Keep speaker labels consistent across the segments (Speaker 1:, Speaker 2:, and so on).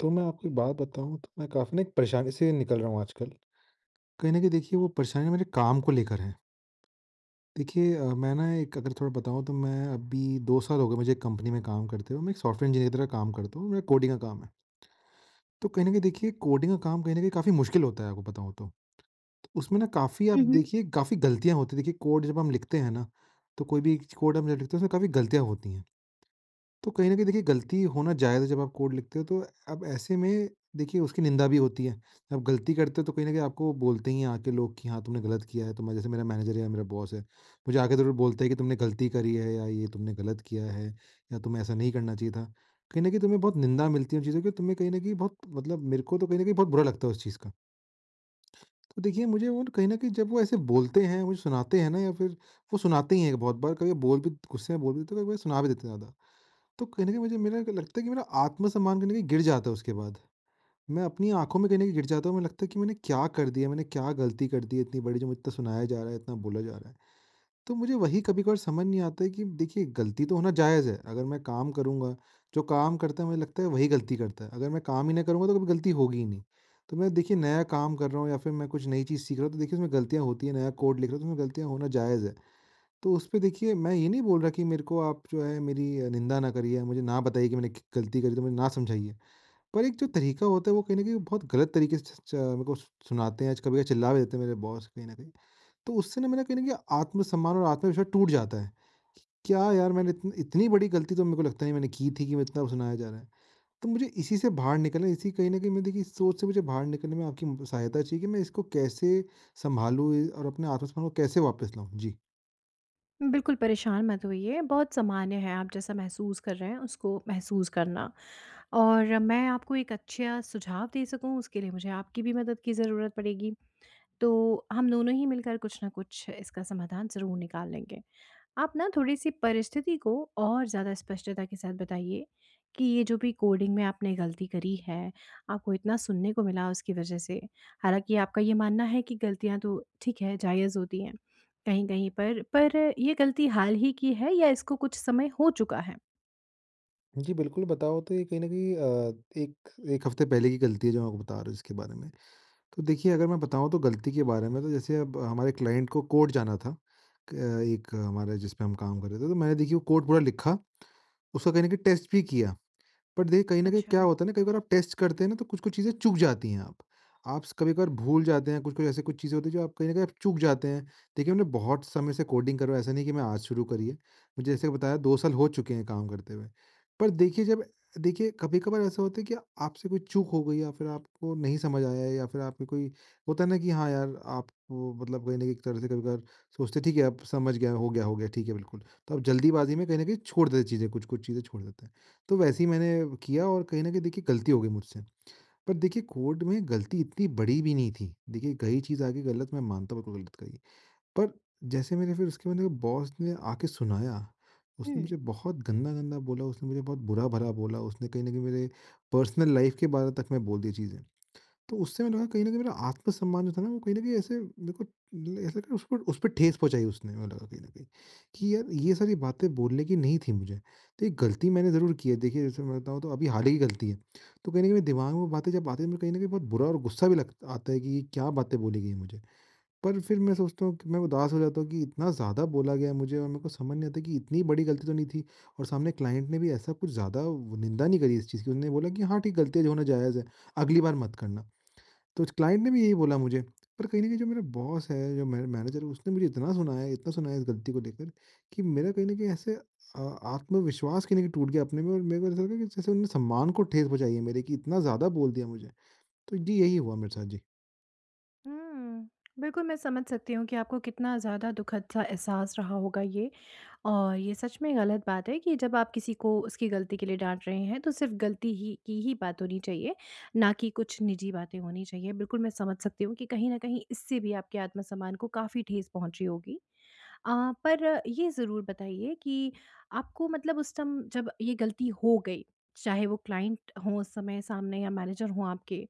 Speaker 1: तो मैं आपको एक बात बताऊँ तो मैं काफ़ी ना एक परेशानी से निकल रहा हूँ आजकल। कहीं न कहीं देखिए वो परेशानी मेरे काम को लेकर है। देखिए मैं ना एक अगर थोड़ा बताऊँ तो मैं अभी 2 साल हो गए मुझे एक कंपनी में काम करते हुए। मैं एक सॉफ्टवेयर इंजीनियर की तरह काम करता हूँ, मेरा कोडिंग का काम है। तो कहीं न कहीं देखिए कोडिंग का काम कहीं न कहीं काफ़ी मुश्किल होता है आपको बताऊँ तो। तो उसमें ना काफ़ी आप
Speaker 2: हुँ, हुँ।
Speaker 1: देखिए काफ़ी गलतियाँ होती हैं। देखिए कोड जब हम लिखते हैं ना, तो कोई भी कोड हम जब लिखते हैं उसमें काफ़ी गलतियाँ होती हैं। तो कहीं न कहीं देखिए गलती होना जायज़ है जब आप कोड लिखते हो तो। अब ऐसे में देखिए उसकी निंदा भी होती है। जब आप गलती करते हो तो कहीं न कहीं आपको बोलते ही हैं आके लोग कि हाँ, तुमने गलत किया है। तो मैं, जैसे मेरा मैनेजर है या मेरा बॉस है, मुझे आके ज़रूर बोलता है कि तुमने गलती करी है या ये तुमने गलत किया है या तुम्हें ऐसा नहीं करना चाहिए था। कहीं न कहीं तुम्हें बहुत निंदा मिलती है उन चीज़ों की, तुम्हें कहीं न कहीं बहुत, मतलब मेरे को तो कहीं न कहीं बहुत बुरा लगता है उस चीज़ का। तो देखिए मुझे वो कहीं न कहीं, जब वो ऐसे बोलते हैं, मुझे सुनाते हैं ना या फिर, वो सुनाते ही हैं बहुत बार, कभी बोल भी, गुस्से में बोल भी देते हैं, कभी-कभी सुना भी देते हैं ज़्यादा। तो कहीं न कहीं मुझे, मेरा लगता है कि मेरा आत्मसम्मान कहीं न कहीं गिर जाता है उसके बाद। मैं अपनी आँखों में कहीं न कहीं गिर जाता हूँ, मुझे लगता है कि मैंने क्या कर दिया, मैंने क्या गलती कर दी है इतनी बड़ी जो मुझे इतना सुनाया जा रहा है, इतना बोला जा रहा है। तो मुझे वही कभी-कभार समझ नहीं आता है कि देखिए गलती तो होना जायज़ है, अगर मैं काम करूँगा, जो काम करता है मुझे लगता है वही गलती करता है, अगर मैं काम ही नहीं करूँगा तो कभी गलती होगी ही नहीं। तो मैं, देखिए नया काम कर रहा हूँ या फिर मैं कुछ नई चीज़ सीख रहा हूँ तो देखिए उसमें गलतियाँ होती हैं, नया कोड लिख रहा हूँ तो उसमें गलतियाँ होना जायज़ है। तो उसपे देखिए मैं ये नहीं बोल रहा कि मेरे को आप, जो है, मेरी निंदा ना करिए, मुझे ना बताइए कि मैंने क गलती करी तो मुझे ना समझाइए। पर एक जो तरीका होता है वो कहीं न कहीं बहुत गलत तरीके से च च मेरे को सुनाते हैं, कभी-कभी चिल्ला भी देते हैं मेरे बॉस कहीं न कहीं। तो उससे ना मेरा कहीं न कहीं आत्मसम्मान और आत्मविश्वास टूट जाता है। कि क्या यार, मैंने इतनी बड़ी गलती तो मेरे को लगता नहीं मैंने की थी कि मैं इतना सुनाया जा रहा है। तो मुझे इसी से बाहर निकलना है, इसी, कहीं न कहीं मैं, देखिए इस सोच से मुझे बाहर निकलने में आपकी सहायता चाहिए कि मैं इसको कैसे सँभालूँ और अपने आत्मसम्मान को कैसे वापस लाऊँ? जी।
Speaker 2: बिल्कुल परेशान मत होइए, बहुत सामान्य है आप जैसा महसूस कर रहे हैं उसको महसूस करना। और मैं आपको एक अच्छा सुझाव दे सकूँ उसके लिए मुझे आपकी भी मदद की ज़रूरत पड़ेगी। तो हम दोनों ही मिलकर कुछ ना कुछ इसका समाधान ज़रूर निकाल लेंगे। आप ना थोड़ी-सी परिस्थिति को और ज़्यादा स्पष्टता के साथ बताइए कि ये जो भी कोडिंग में आपने गलती करी है, आपको इतना सुनने को मिला उसकी वजह से। हालाँकि आपका ये मानना है कि गलतियाँ तो ठीक है, जायज़ होती हैं कहीं-कहीं पर ये गलती हाल ही की है या इसको कुछ समय हो चुका है?
Speaker 1: जी, बिल्कुल बताओ तो ये कहीं न कहीं एक 1 हफ़्ते पहले की गलती है जो मैं आपको बता रहा हूँ इसके बारे में। तो देखिए अगर मैं बताऊँ तो गलती के बारे में, तो जैसे अब हमारे क्लाइंट को कोड जाना था। क एक हमारे, जिस पे हम काम कर रहे थे, तो मैंने देखिए वो कोड पूरा लिखा, उसका कहीं न कहीं टेस्ट भी किया। बट देखिए कहीं न कहीं
Speaker 2: अच्छा।
Speaker 1: क्या होता है ना, कई बार आप टेस्ट करते हैं ना तो कुछ-कुछ चीज़ें चूक जाती हैं आप। आप स कभी-कभार भूल जाते हैं, कुछ-कुछ ऐसी कुछ चीज़ें होती हैं जो आप कहीं न कहीं आप चूक जाते हैं। देखिए मैंने बहुत समय से कोडिंग कर रहा हूँ, ऐसा नहीं कि मैं आज शुरू करी है। मुझे, जैसे बताया, 2 साल हो चुके हैं काम करते हुए। पर देखिए जब, देखिए कभी-कभार ऐसा होता है कि आपसे कोई चूक हो गई या फिर आपको नहीं समझ आया या फिर आपको कोई, होता है ना कि हाँ यार, आपको, मतलब कहीं न कहीं एक तरह से कभी-कभार सोचते हैं, ठीक है अब समझ गया, हो गया, हो गया, ठीक है बिल्कुल। तो आप जल्दीबाज़ी में कहीं न कहीं छोड़ देते हैं चीज़ें, कुछ-कुछ चीज़ें छोड़ देते हैं। तो वैसे ही मैंने किया और कहीं न कहीं देखिए गलती हो गई मुझसे। पर देखिए कोड में गलती इतनी बड़ी भी नहीं थी। देखिए, गई चीज़ आगे गलत, मैं मानता हूँ बिल्कुल गलत गई। पर, जैसे मेरे फिर उसके बाद बॉस ने आके सुनाया, उसने
Speaker 2: हुँ।
Speaker 1: मुझे बहुत गंदा-गंदा बोला, उसने मुझे बहुत बुरा-भला बोला, उसने कहीं न कहीं मेरे पर्सनल लाइफ़ के बारे तक में बोल दी चीज़ें। तो उससे मैं, लगा कहीं न कहीं मेरा आत्मसम्मान जो था ना वो कहीं न कहीं, ऐसे मेरे को ऐसा लगा उसको, उसपे ठेस पहुँचाई उसने, मुझे लगा कहीं न कहीं, कि यार ये सारी बातें बोलने की नहीं थी मुझे। तो ये गलती मैंने ज़रूर की है, देखिए जैसे मैं बताऊँ तो अभी हाल ही की गलती है। तो कहीं न कहीं मेरे दिमाग में वो बातें जब आती है, मुझे कहीं न कहीं बहुत बुरा और गुस्सा भी लग आता है कि ये क्या बातें बोली गई मुझे। पर फिर मैं सोचता हूँ कि मैं उदास हो जाता हूँ कि इतना ज़्यादा बोला गया मुझे, और मेरे को समझ नहीं आता कि इतनी बड़ी गलती तो नहीं थी, और सामने क्लाइंट ने भी ऐसा कुछ ज़्यादा निंदा नहीं करी इस चीज़ की। उसने बोला कि हाँ ठीक, गलतियाँ जो होना जायज़ है, अगली बार मत करना। तो क्लाइंट ने भी यही बोला मुझे, पर कहीं न कहीं जो मेरा बॉस है, जो मेरा मैनेजर है, उसने मुझे इतना सुनाया, इतना सुनाया इस गलती को लेकर, कि मेरा कहीं न कहीं ऐसे आत्मविश्वास कहीं न कहीं टूट गया अपने में, और मेरे को ऐसा लगा कि जैसे उन्होंने सम्मान को ठेस पहुँचाई है मेरे, कि इतना ज़्यादा बोल दिया मुझे। तो जी, यही हुआ मेरे साथ। जी।
Speaker 2: हुँ। बिल्कुल, मैं समझ सकती हूँ कि आपको कितना ज़्यादा दुखद सा एहसास रहा होगा ये। और ये सच में गलत बात है कि जब आप किसी को उसकी गलती के लिए डाँट रहे हैं, तो सिर्फ़ गलती ही की ही बात होनी चाहिए, ना कि कुछ निजी बातें होनी चाहिए। बिल्कुल, मैं समझ सकती हूँ कि कहीं न कहीं इससे भी आपके आत्मसम्मान को काफ़ी ठेस पहुँची होगी। अ, पर ये ज़रूर बताइए कि आपको मतलब उस टाइम जब ये गलती हो गई, चाहे वो क्लाइंट हों उस समय सामने या मैनेजर हों आपके,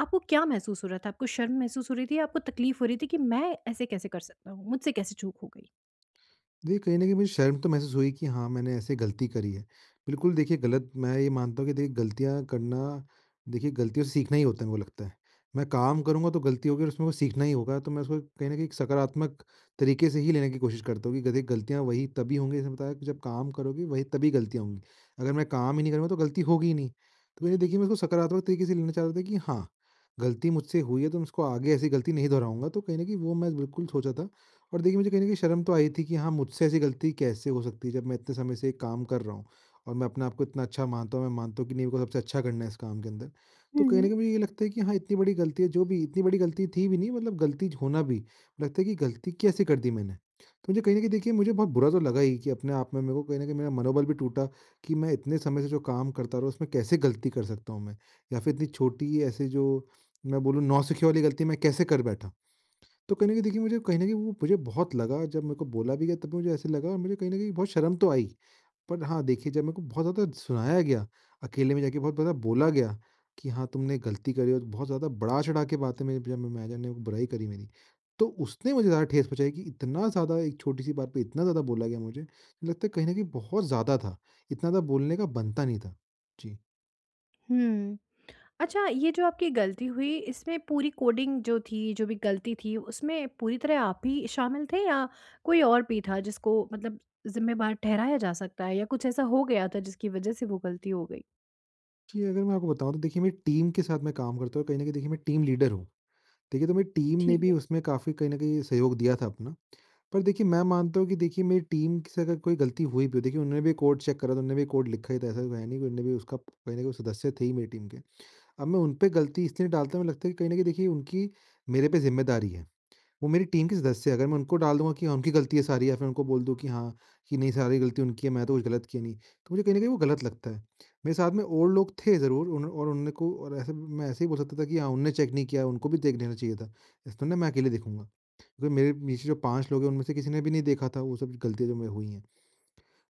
Speaker 2: आपको क्या महसूस हो रहा था? आपको शर्म महसूस हो रही थी या आपको तकलीफ़ हो रही थी कि मैं ऐसे कैसे कर सकता हूँ? मुझसे कैसे चूक हो गई?
Speaker 1: देखिए, कहीं न कहीं मुझे शर्म तो महसूस हुई कि हाँ, मैंने ऐसे गलती करी है। बिल्कुल देखिए, गलत, मैं ये मानता हूँ कि देखिए गलतियाँ करना, देखिए गलतियों से सीखना ही होता है, मेरे को लगता है। मैं काम करूँगा तो गलती होगी और उसमें को सीखना ही होगा, तो मैं उसको कहीं न कहीं एक सकारात्मक तरीके से ही लेने की कोशिश करता हूँ कि गधे गलतियाँ वही तभी होंगी, जैसे बताया कि जब काम करोगे वही तभी गलतियाँ होंगी। अगर मैं काम ही नहीं करूँगा तो गलती होगी ही नहीं। तो मैंने, देखिए मैं उसको सकारात्मक तरीके से लेना चाह रहा था कि हाँ, गलती मुझसे हुई है तो मैं उसको आगे ऐसी गलती नहीं दोहराऊँगा। तो कहीं न कहीं वो मैं बिल्कुल सोचा था, और देखिए मुझे कहीं न कहीं शर्म तो आई थी कि हाँ, मुझसे ऐसी गलती कैसे हो सकती है जब मैं इतने समय से एक काम कर रहा हूँ, और मैं अपने आप को इतना अच्छा मानता हूँ, मैं मानता हूँ कि नहीं, मेरे को सबसे अच्छा करना है इस काम के अंदर। तो
Speaker 2: हुँ,
Speaker 1: कहीं न
Speaker 2: हुँ।
Speaker 1: कहीं मुझे ये लगता है कि हाँ, इतनी बड़ी गलती है, जो भी इतनी बड़ी गलती थी भी नहीं, मतलब गलती होना भी, लगता है कि गलती कैसे कर दी मैंने? तो मुझे कहीं न कहीं देखिए, मुझे बहुत बुरा तो लगा ही कि अपने आप में, मेरे को कहीं न कहीं मेरा मनोबल भी टूटा कि मैं इतने समय से जो काम करता रहा उसमें कैसे गलती कर सकता हूँ मैं? या फिर इतनी छोटी ऐसी, जो मैं बोलूँ नौसिखिए वाली गलती, मैं कैसे कर बैठा? तो कहीं न कहीं देखिए मुझे कहीं न कहीं वो मुझे बहुत लगा, जब मेरे को बोला भी गया तब भी मुझे ऐसे लगा और मुझे कहीं न कहीं बहुत शर्म तो आई। पर हाँ, देखिए जब मेरे को बहुत ज़्यादा सुनाया गया, अकेले में जाके बहुत ज़्यादा बोला गया कि हाँ, तुमने गलती करी और बहुत ज़्यादा बढ़ा-चढ़ा के बातें मेरे, जब मैं मैनेजर ने वो बुराई करी मेरी। तो उसने मुझे ज़्यादा ठेस पहुँचाई कि इतना ज़्यादा, एक छोटी-सी बात पे इतना ज़्यादा बोला गया मुझे, लगता है कहीं न कहीं बहुत ज़्यादा था। इतना ज़्यादा बोलने का बनता नहीं था। जी।
Speaker 2: हुँ। अच्छा, ये जो आपकी गलती हुई इसमें पूरी कोडिंग जो थी, जो भी गलती थी उसमें पूरी तरह आप ही शामिल थे या कोई और भी था जिसको मतलब ज़िम्मेदार ठहराया जा सकता है, या कुछ ऐसा हो गया था जिसकी वज़ह से वो गलती हो गई?
Speaker 1: जी, अगर मैं आपको बताऊँ तो देखिए, मेरी टीम के साथ मैं काम करता हूँ और कहीं न कहीं देखिए, मैं टीम लीडर हूँ। देखिए, तो मेरी टीम ने
Speaker 2: ठीक
Speaker 1: भी
Speaker 2: है।
Speaker 1: उसमें काफ़ी कहीं न कहीं सहयोग दिया था अपना। पर देखिए, मैं मानता हूँ कि देखिए, मेरी टीम से अगर कोई गलती हुई भी हो, देखिए उन्होंने भी कोड चेक करा था, उन्होंने भी कोड लिखा ही था, ऐसा तो है नहीं कि उन्होंने भी उसका कहीं न कहीं, वो सदस्य थे ही मेरी टीम के। अब मैं उन पे गलती इसलिए नहीं डालता, मुझे लगता है कि कहीं न कहीं देखिए, उनकी मेरे पे ज़िम्मेदारी है। वो मेरी टीम के सदस्य हैं, अगर मैं उनको डाल दूँगा कि हाँ, उनकी गलती है सारी, या फिर उनको बोल दूँ कि हाँ, कि नहीं सारी गलती उनकी है, मैं तो कुछ गलत किया नहीं, तो मुझे कहीं न कहीं वो गलत लगता है। मेरे साथ में और लोग थे ज़रूर, उन और उन्होंने को, और ऐसे मैं ऐसे ही बोल सकता था कि हाँ, उन्होंने चेक नहीं किया, उनको भी देख लेना चाहिए था। इस थोड़ी ना मैं अकेले देखूँगा, क्योंकि मेरे नीचे जो 5 लोग हैं, उनमें से किसी ने भी नहीं देखा था वो सब गलतियाँ जो मेरे हुई हैं।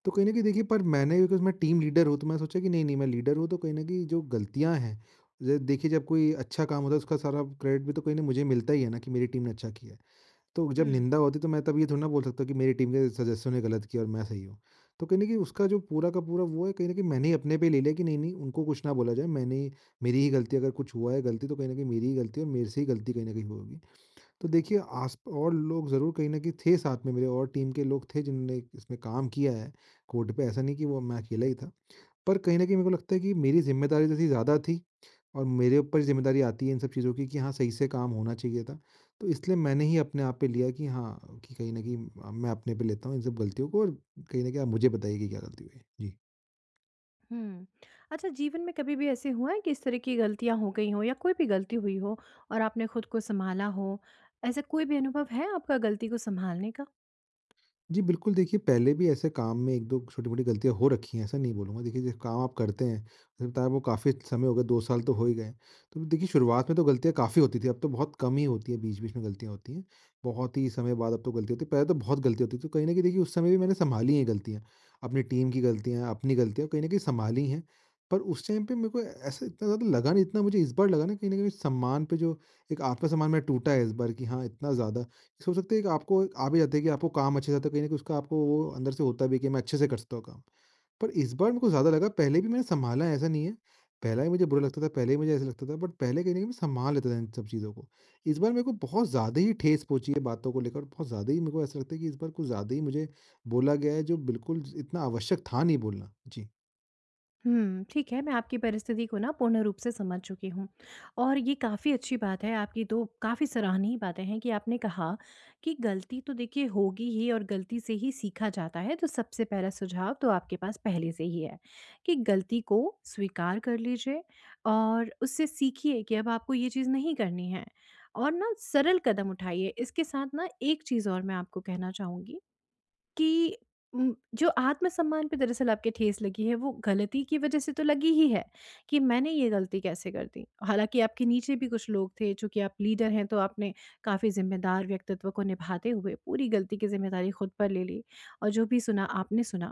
Speaker 1: तो कहीं न कहीं देखिए, पर मैंने, क्योंकि मैं टीम लीडर हूँ, तो मैंने सोचा कि नहीं-नहीं, मैं लीडर हूँ, तो कहीं न कहीं जो गलतियाँ हैं, ज देखिए जब कोई अच्छा काम होता है, उसका सारा क्रेडिट भी तो कहीं न मुझे मिलता ही है ना, कि मेरी टीम ने अच्छा किया है। तो जब
Speaker 2: हुँ।
Speaker 1: निंदा होती है, तो मैं तब ये थोड़ी ना बोल सकता कि मेरी टीम के सदस्यों ने गलत किया और मैं सही हूँ। तो कहीं न कहीं उसका जो पूरा का पूरा वो है, कहीं न कहीं मैंने ही अपने पे ले लिया कि नहीं-नहीं, उनको कुछ ना बोला जाए, मैंने ही, मेरी ही गलती, अगर कुछ हुआ है गलती तो कहीं न कहीं मेरी ही गलती है और मेरे से ही गलती कहीं न कहीं होगी। तो देखिए, आस और लोग ज़रूर कहीं न कहीं थे साथ में मेरे, और टीम के लोग थे जिन्होंने इसमें काम किया है, कोर्ट पे ऐसा नहीं कि वो मैं अकेला ही था। पर कहीं न कहीं मेरे को लगता है कि मेरी ज़िम्मेदारी जैसी ज़्यादा थी, और मेरे ऊपर ज़िम्मेदारी आती है इन सब चीज़ों की, कि हाँ, सही से काम होना चाहिए था। तो इसलिए मैंने ही अपने आप पे लिया कि हाँ, कि कहीं न कहीं मैं अपने पे लेता हूँ इन सब गलतियों को, और कहीं न कहीं आप मुझे बताइए कि क्या गलती हुई है? जी।
Speaker 2: हुँ। अच्छा, जीवन में कभी भी ऐसे हुआ है कि इस तरह की गलतियाँ हो गई हों या कोई भी गलती हुई हो और आपने खुद को सँभाला हो? ऐसा कोई भी अनुभव है आपका गलती को सँभालने का?
Speaker 1: जी, बिल्कुल देखिए, पहले भी ऐसे काम में 1-2 छोटी-मोटी गलतियाँ हो रखी हैं, ऐसा नहीं बोलूँगा। देखिए जिस काम आप करते हैं, मुझे बताया, वो काफ़ी समय हो गया, 2 साल तो हो ही गए हैं। तो देखिए, शुरुआत में तो गलतियाँ काफ़ी होती थी, अब तो बहुत कम ही होती हैं, बीच-बीच में गलतियाँ होती हैं। बहुत ही समय बाद अब तो गलती होती है, पहले तो बहुत गलती होती थी। तो कहीं न कहीं देखिए, उस समय भी मैंने सँभाली हैं गलतियाँ, अपनी टीम की गलतियाँ, अपनी गलतियाँ कहीं न कहीं सँभाली हैं। पर उस टाइम पे मेरे को ऐसा इतना ज़्यादा लगा नहीं, इतना मुझे इस बार लगा ना, कहीं न कहीं सम्मान पे जो, एक आत्मसम्मान मेरा टूटा है इस बार कि हाँ, इतना ज़्यादा हो सकता है कि आपको एक आ भी जाता है कि आपको काम अच्छे से आता है, कहीं न कहीं उसका आपको वो अंदर से होता भी है कि मैं अच्छे से कर सकता हूँ काम। पर इस बार मेरे को ज़्यादा लगा, पहले भी मैंने सँभाला है ऐसा नहीं है। पहले भी मुझे बुरा लगता था, पहले भी मुझे ऐसा लगता था, बट पहले कहीं न कहीं मैं सँभाल लेता था इन सब चीज़ों को। इस बार मेरे को बहुत ज़्यादा ही ठेस पहुँची है बातों को लेकर, बहुत ज़्यादा ही मेरे को ऐसा लगता है कि इस बार कुछ ज़्यादा ही मुझे बोला गया है, जो बिल्कुल इतना आवश्यक था नहीं बोलना। जी।
Speaker 2: हुँ, ठीक है, मैं आपकी परिस्थिति को ना पूर्ण रूप से समझ चुकी हूँ और ये काफ़ी अच्छी बात है, आपकी तो काफ़ी सराहनीय बातें हैं कि आपने कहा कि गलती तो देखिए होगी ही, और गलती से ही सीखा जाता है। तो सबसे पहला सुझाव तो आपके पास पहले से ही है कि गलती को स्वीकार कर लीजिए और उससे सीखिए कि अब आपको ये चीज़ नहीं करनी है और ना सरल कदम उठाइए। इसके साथ ना एक चीज़ और मैं आपको कहना चाहूँगी कि जो आत्मसम्मान पे दरअसल आपके ठेस लगी है वो गलती की वज़ह से तो लगी ही है, कि मैंने ये गलती कैसे कर दी। हालाँकि आपके नीचे भी कुछ लोग थे, चूँकि आप लीडर हैं तो आपने काफ़ी ज़िम्मेदार व्यक्तित्व को निभाते हुए पूरी गलती की ज़िम्मेदारी खुद पर ले ली और जो भी सुना आपने सुना।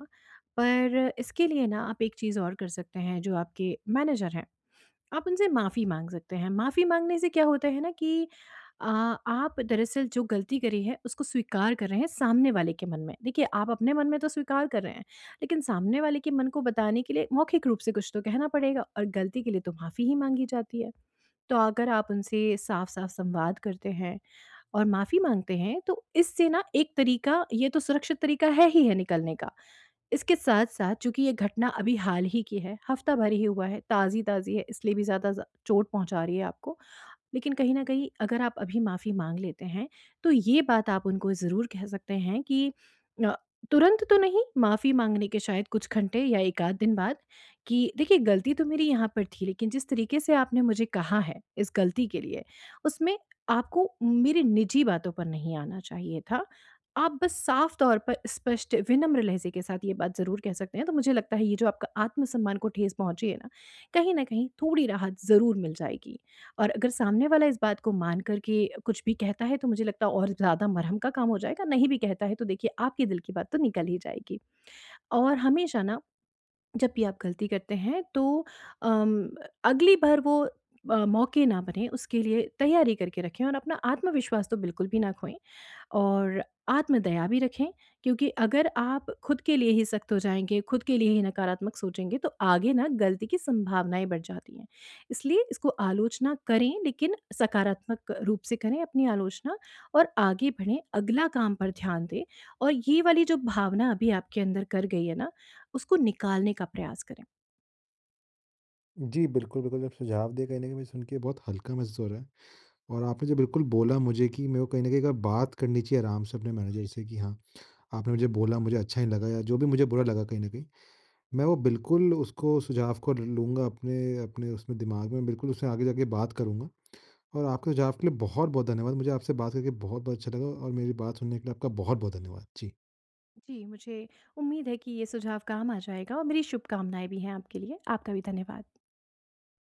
Speaker 2: पर इसके लिए ना आप एक चीज़ और कर सकते हैं, जो आपके मैनेजर हैं, आप उनसे माफ़ी माँग सकते हैं। माफ़ी माँगने से क्या होता है ना कि अ, आप दरअसल जो गलती करी है उसको स्वीकार कर रहे हैं सामने वाले के मन में। देखिए, आप अपने मन में तो स्वीकार कर रहे हैं, लेकिन सामने वाले के मन को बताने के लिए मौखिक रूप से कुछ तो कहना पड़ेगा, और गलती के लिए तो माफ़ी ही माँगी जाती है। तो अगर आप उनसे साफ-साफ संवाद करते हैं और माफ़ी माँगते हैं, तो इससे ना एक तरीका, ये तो सुरक्षित तरीका है ही है निकलने का। इसके साथ-साथ चूँकि ये घटना अभी हाल ही की है, हफ्ता भर ही हुआ है, ताज़ी-ताज़ी है, इसलिए भी ज़्यादा ज़ चोट पहुँचा रही है आपको। लेकिन कहीं न कहीं अगर आप अभी माफ़ी माँग लेते हैं, तो ये बात आप उनको ज़रूर कह सकते हैं कि अ, तुरंत तो नहीं, माफ़ी माँगने के शायद कुछ घंटे या 1 आध दिन बाद, कि देखिए गलती तो मेरी यहाँ पर थी, लेकिन जिस तरीके से आपने मुझे कहा है इस गलती के लिए, उसमें आपको मेरी निजी बातों पर नहीं आना चाहिए था। आप बस साफ़ तौर पर स्पष्ट विनम्र लहज़े के साथ ये बात ज़रूर कह सकते हैं। तो मुझे लगता है ये जो आपका आत्मसम्मान को ठेस पहुँची है ना, कहीं न कहीं थोड़ी राहत ज़रूर मिल जाएगी। और अगर सामने वाला इस बात को मान कर के कुछ भी कहता है तो मुझे लगता है और ज़्यादा मरहम का काम हो जाएगा, नहीं भी कहता है तो देखिए आपके दिल की बात तो निकल ही जाएगी। और हमेशा ना, जब भी आप गलती करते हैं तो अम, अगली बार वो मौके ना बने उसके लिए तैयारी करके रखें, और अपना आत्मविश्वास तो बिल्कुल भी ना खोएँ। और आत्मदया भी रखें, क्योंकि अगर आप खुद के लिए ही सख्त हो जाएँगे, खुद के लिए ही नकारात्मक सोचेंगे, तो आगे ना गलती की संभावनाएँ बढ़ जाती हैं। इसलिए इसको आलोचना करें, लेकिन सकारात्मक रूप से करें अपनी आलोचना, और आगे बढ़ें, अगला काम पर ध्यान दें, और ये वाली जो भावना अभी आपके अंदर कर गई है ना, उसको निकालने का प्रयास करें।
Speaker 1: जी, बिल्कुल, बिल्कुल। जब सुझाव दिए, कहीं न कहीं मुझे सुन के बहुत हल्का महसूस हो रहा है, और आपने जो बिल्कुल बोला मुझे कि मेरे को कहीं न कहीं एक बार बात करनी चाहिए आराम से अपने मैनेजर से, कि हाँ, आपने मुझे बोला, मुझे अच्छा नहीं लगा, या जो भी मुझे बुरा लगा कहीं न कहीं, मैं वो बिल्कुल उसको सुझाव को लूँगा अपने अपने उसमें दिमाग में बिल्कुल, उससे आगे जाके बात करूँगा। और आपके सुझाव के लिए बहुत-बहुत धन्यवाद। मुझे आपसे बात करके बहुत-बहुत अच्छा लगा, और मेरी बात सुनने के लिए आपका बहुत-बहुत धन्यवाद। जी।
Speaker 2: जी, मुझे उम्मीद है कि ये सुझाव काम आ जाएगा और मेरी शुभकामनाएँ भी हैं आपके लिए। आपका भी धन्यवाद।